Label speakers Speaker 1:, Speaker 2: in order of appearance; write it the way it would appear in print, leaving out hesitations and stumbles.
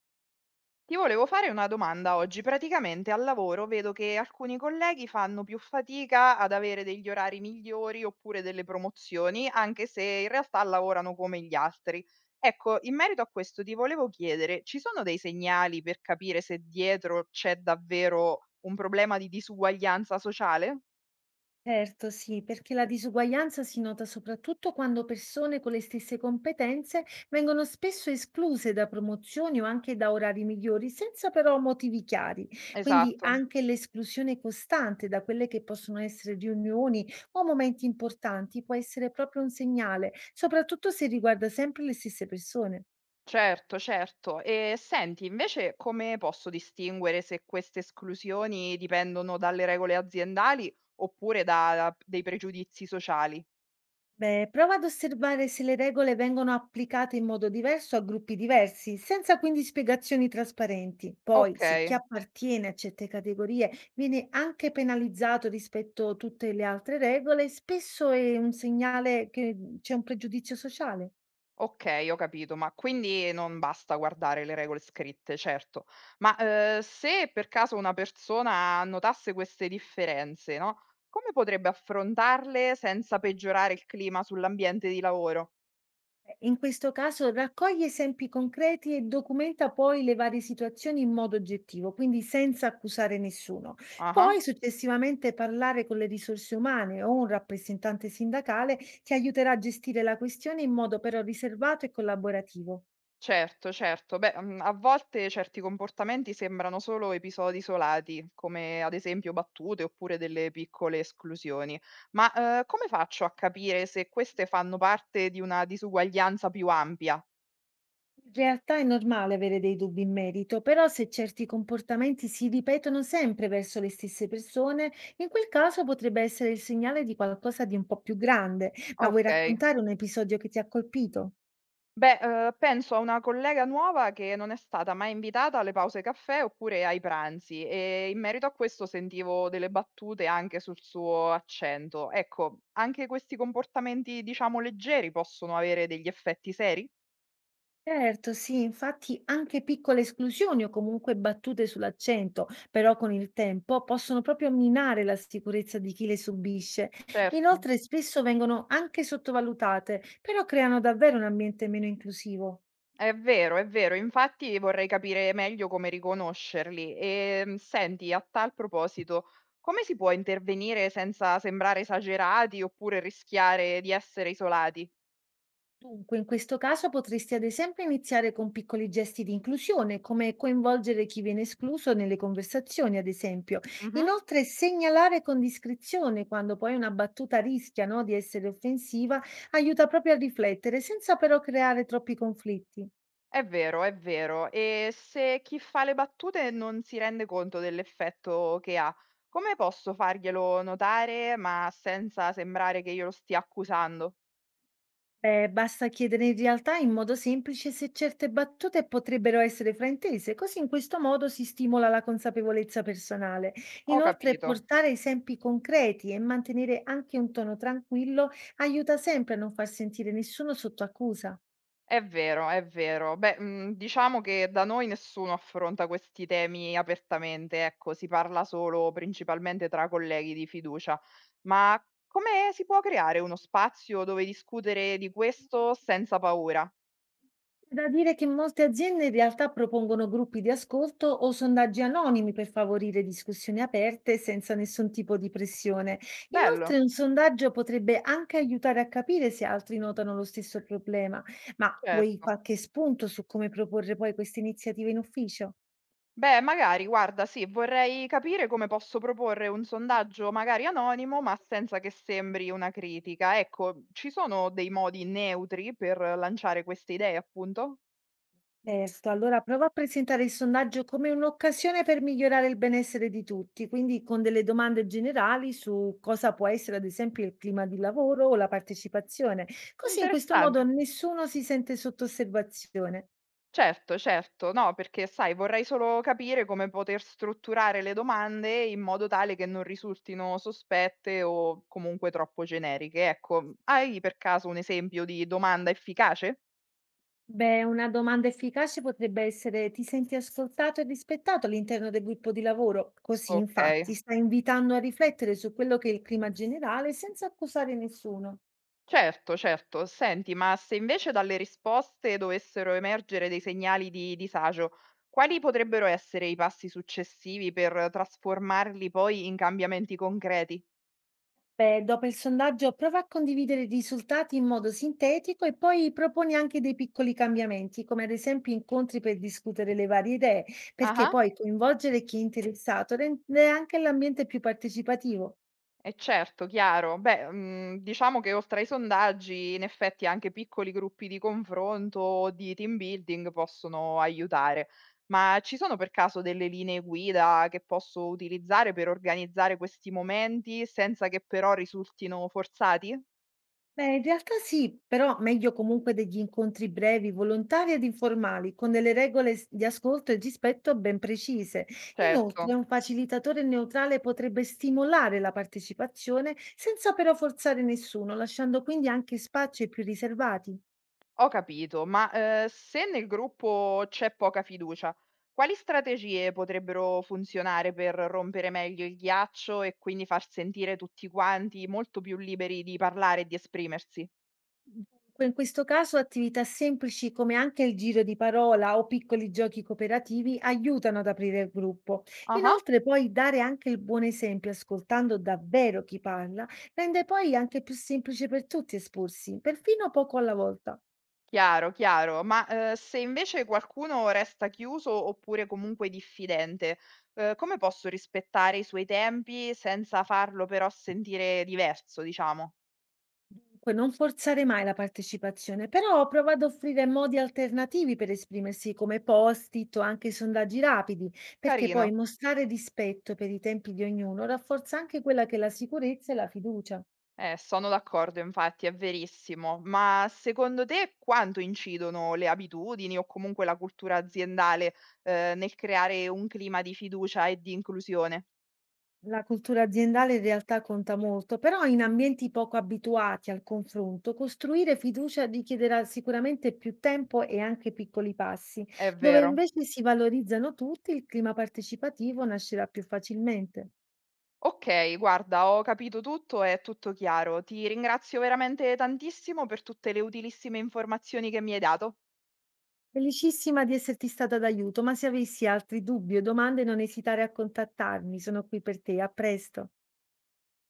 Speaker 1: Ti volevo fare una domanda oggi. Praticamente al lavoro vedo che alcuni colleghi fanno più fatica ad avere degli orari migliori oppure delle promozioni, anche se in realtà lavorano come gli altri. Ecco, in merito a questo ti volevo chiedere, ci sono dei segnali per capire se dietro c'è davvero un problema di disuguaglianza sociale?
Speaker 2: Certo, sì, perché la disuguaglianza si nota soprattutto quando persone con le stesse competenze vengono spesso escluse da promozioni o anche da orari migliori, senza però motivi chiari. Quindi
Speaker 1: Esatto.
Speaker 2: anche l'esclusione costante da quelle che possono essere riunioni o momenti importanti può essere proprio un segnale, soprattutto se riguarda sempre le stesse persone.
Speaker 1: Certo, certo. E senti, invece come posso distinguere se queste esclusioni dipendono dalle regole aziendali oppure da dei pregiudizi sociali?
Speaker 2: Beh, prova ad osservare se le regole vengono applicate in modo diverso a gruppi diversi, senza quindi spiegazioni trasparenti. Poi, se chi
Speaker 1: Okay,
Speaker 2: appartiene a certe categorie viene anche penalizzato rispetto a tutte le altre regole, spesso è un segnale che c'è un pregiudizio sociale.
Speaker 1: okay, ho capito, ma quindi non basta guardare le regole scritte, certo. Ma, se per caso una persona notasse queste differenze, no, come potrebbe affrontarle senza peggiorare il clima sull'ambiente di lavoro?
Speaker 2: In questo caso raccoglie esempi concreti e documenta poi le varie situazioni in modo oggettivo, quindi senza accusare nessuno.
Speaker 1: Ah-ah.
Speaker 2: Poi successivamente parlare con le risorse umane o un rappresentante sindacale che aiuterà a gestire la questione in modo però riservato e collaborativo.
Speaker 1: Certo, certo. Beh, a volte certi comportamenti sembrano solo episodi isolati, come ad esempio battute oppure delle piccole esclusioni. Ma, come faccio a capire se queste fanno parte di una disuguaglianza più ampia?
Speaker 2: In realtà è normale avere dei dubbi in merito, però se certi comportamenti si ripetono sempre verso le stesse persone, in quel caso potrebbe essere il segnale di qualcosa di un po' più grande. Ma vuoi
Speaker 1: Okay.
Speaker 2: raccontare un episodio che ti ha colpito?
Speaker 1: Beh, penso a una collega nuova che non è stata mai invitata alle pause caffè oppure ai pranzi e in merito a questo sentivo delle battute anche sul suo accento. Ecco, anche questi comportamenti, diciamo, leggeri possono avere degli effetti seri?
Speaker 2: Certo, sì, infatti anche piccole esclusioni o comunque battute sull'accento, però con il tempo possono proprio minare la sicurezza di chi le subisce.
Speaker 1: Certo.
Speaker 2: Inoltre spesso vengono anche sottovalutate, però creano davvero un ambiente meno inclusivo.
Speaker 1: È vero, è vero. Infatti vorrei capire meglio come riconoscerli. Senti, a tal proposito, come si può intervenire senza sembrare esagerati oppure rischiare di essere isolati?
Speaker 2: Dunque, in questo caso potresti ad esempio iniziare con piccoli gesti di inclusione, come coinvolgere chi viene escluso nelle conversazioni, ad esempio.
Speaker 1: Mh-mh.
Speaker 2: Inoltre, segnalare con discrezione quando poi una battuta rischia, no, di essere offensiva, aiuta proprio a riflettere, senza però creare troppi conflitti.
Speaker 1: È vero, è vero. E se chi fa le battute non si rende conto dell'effetto che ha, come posso farglielo notare, ma senza sembrare che io lo stia accusando?
Speaker 2: Beh, basta chiedere in realtà in modo semplice se certe battute potrebbero essere fraintese, così in questo modo si stimola la consapevolezza personale.
Speaker 1: Ho
Speaker 2: Inoltre,
Speaker 1: capito.
Speaker 2: portare esempi concreti e mantenere anche un tono tranquillo aiuta sempre a non far sentire nessuno sotto accusa.
Speaker 1: È vero, è vero. Beh, diciamo che da noi nessuno affronta questi temi apertamente, ecco, si parla solo principalmente tra colleghi di fiducia. Ma come si può creare uno spazio dove discutere di questo senza paura?
Speaker 2: Da dire che molte aziende in realtà propongono gruppi di ascolto o sondaggi anonimi per favorire discussioni aperte senza nessun tipo di pressione.
Speaker 1: Bello,
Speaker 2: Inoltre, un sondaggio potrebbe anche aiutare a capire se altri notano lo stesso problema. Ma vuoi
Speaker 1: certo.
Speaker 2: qualche spunto su come proporre poi queste iniziative in ufficio?
Speaker 1: Beh, magari, guarda, sì, vorrei capire come posso proporre un sondaggio magari anonimo, ma senza che sembri una critica. Ecco, ci sono dei modi neutri per lanciare queste idee, appunto?
Speaker 2: Certo, allora prova a presentare il sondaggio come un'occasione per migliorare il benessere di tutti, quindi con delle domande generali su cosa può essere ad esempio il clima di lavoro o la partecipazione. Così in questo modo
Speaker 1: Interessante.
Speaker 2: nessuno si sente sotto osservazione.
Speaker 1: Certo, certo, no, perché sai, vorrei solo capire come poter strutturare le domande in modo tale che non risultino sospette o comunque troppo generiche. Ecco, hai per caso un esempio di domanda efficace?
Speaker 2: Beh, una domanda efficace potrebbe essere ti senti ascoltato e rispettato all'interno del gruppo di lavoro? Così
Speaker 1: Ok.
Speaker 2: infatti sta invitando a riflettere su quello che è il clima generale senza accusare nessuno.
Speaker 1: Certo, certo. Senti, ma se invece dalle risposte dovessero emergere dei segnali di disagio, quali potrebbero essere i passi successivi per trasformarli poi in cambiamenti concreti?
Speaker 2: Beh, dopo il sondaggio prova a condividere i risultati in modo sintetico e poi proponi anche dei piccoli cambiamenti, come ad esempio incontri per discutere le varie idee, perché
Speaker 1: Ah-ah.
Speaker 2: poi coinvolgere chi è interessato rende anche l'ambiente più partecipativo.
Speaker 1: E certo, chiaro. Beh, diciamo che oltre ai sondaggi, in effetti anche piccoli gruppi di confronto o di team building possono aiutare. Ma ci sono per caso delle linee guida che posso utilizzare per organizzare questi momenti senza che però risultino forzati?
Speaker 2: Beh, in realtà sì, però meglio comunque degli incontri brevi, volontari ed informali, con delle regole di ascolto e rispetto ben precise. Inoltre,
Speaker 1: Certo,
Speaker 2: un facilitatore neutrale potrebbe stimolare la partecipazione senza però forzare nessuno, lasciando quindi anche spazi ai più riservati.
Speaker 1: ho capito, ma, se nel gruppo c'è poca fiducia, quali strategie potrebbero funzionare per rompere meglio il ghiaccio e quindi far sentire tutti quanti molto più liberi di parlare e di esprimersi?
Speaker 2: Dunque, in questo caso attività semplici come anche il giro di parola o piccoli giochi cooperativi aiutano ad aprire il gruppo.
Speaker 1: Ah-ah,
Speaker 2: Inoltre, poi dare anche il buon esempio ascoltando davvero chi parla rende poi anche più semplice per tutti esporsi, perfino poco alla volta.
Speaker 1: chiaro, chiaro, ma, se invece qualcuno resta chiuso oppure comunque diffidente, come posso rispettare i suoi tempi senza farlo però sentire diverso, diciamo?
Speaker 2: Dunque, non forzare mai la partecipazione, però prova ad offrire modi alternativi per esprimersi come post-it o anche sondaggi rapidi, perché poi
Speaker 1: Carino.
Speaker 2: mostrare rispetto per i tempi di ognuno rafforza anche quella che è la sicurezza e la fiducia.
Speaker 1: Sono d'accordo, infatti, è verissimo. Ma secondo te quanto incidono le abitudini o comunque la cultura aziendale, nel creare un clima di fiducia e di inclusione?
Speaker 2: La cultura aziendale in realtà conta molto, però in ambienti poco abituati al confronto, costruire fiducia richiederà sicuramente più tempo e anche piccoli passi,
Speaker 1: È
Speaker 2: dove
Speaker 1: vero.
Speaker 2: invece si valorizzano tutti, il clima partecipativo nascerà più facilmente.
Speaker 1: Ok, guarda, ho capito tutto, è tutto chiaro. Ti ringrazio veramente tantissimo per tutte le utilissime informazioni che mi hai dato.
Speaker 2: Felicissima di esserti stata d'aiuto, ma se avessi altri dubbi o domande non esitare a contattarmi, sono qui per te, a presto.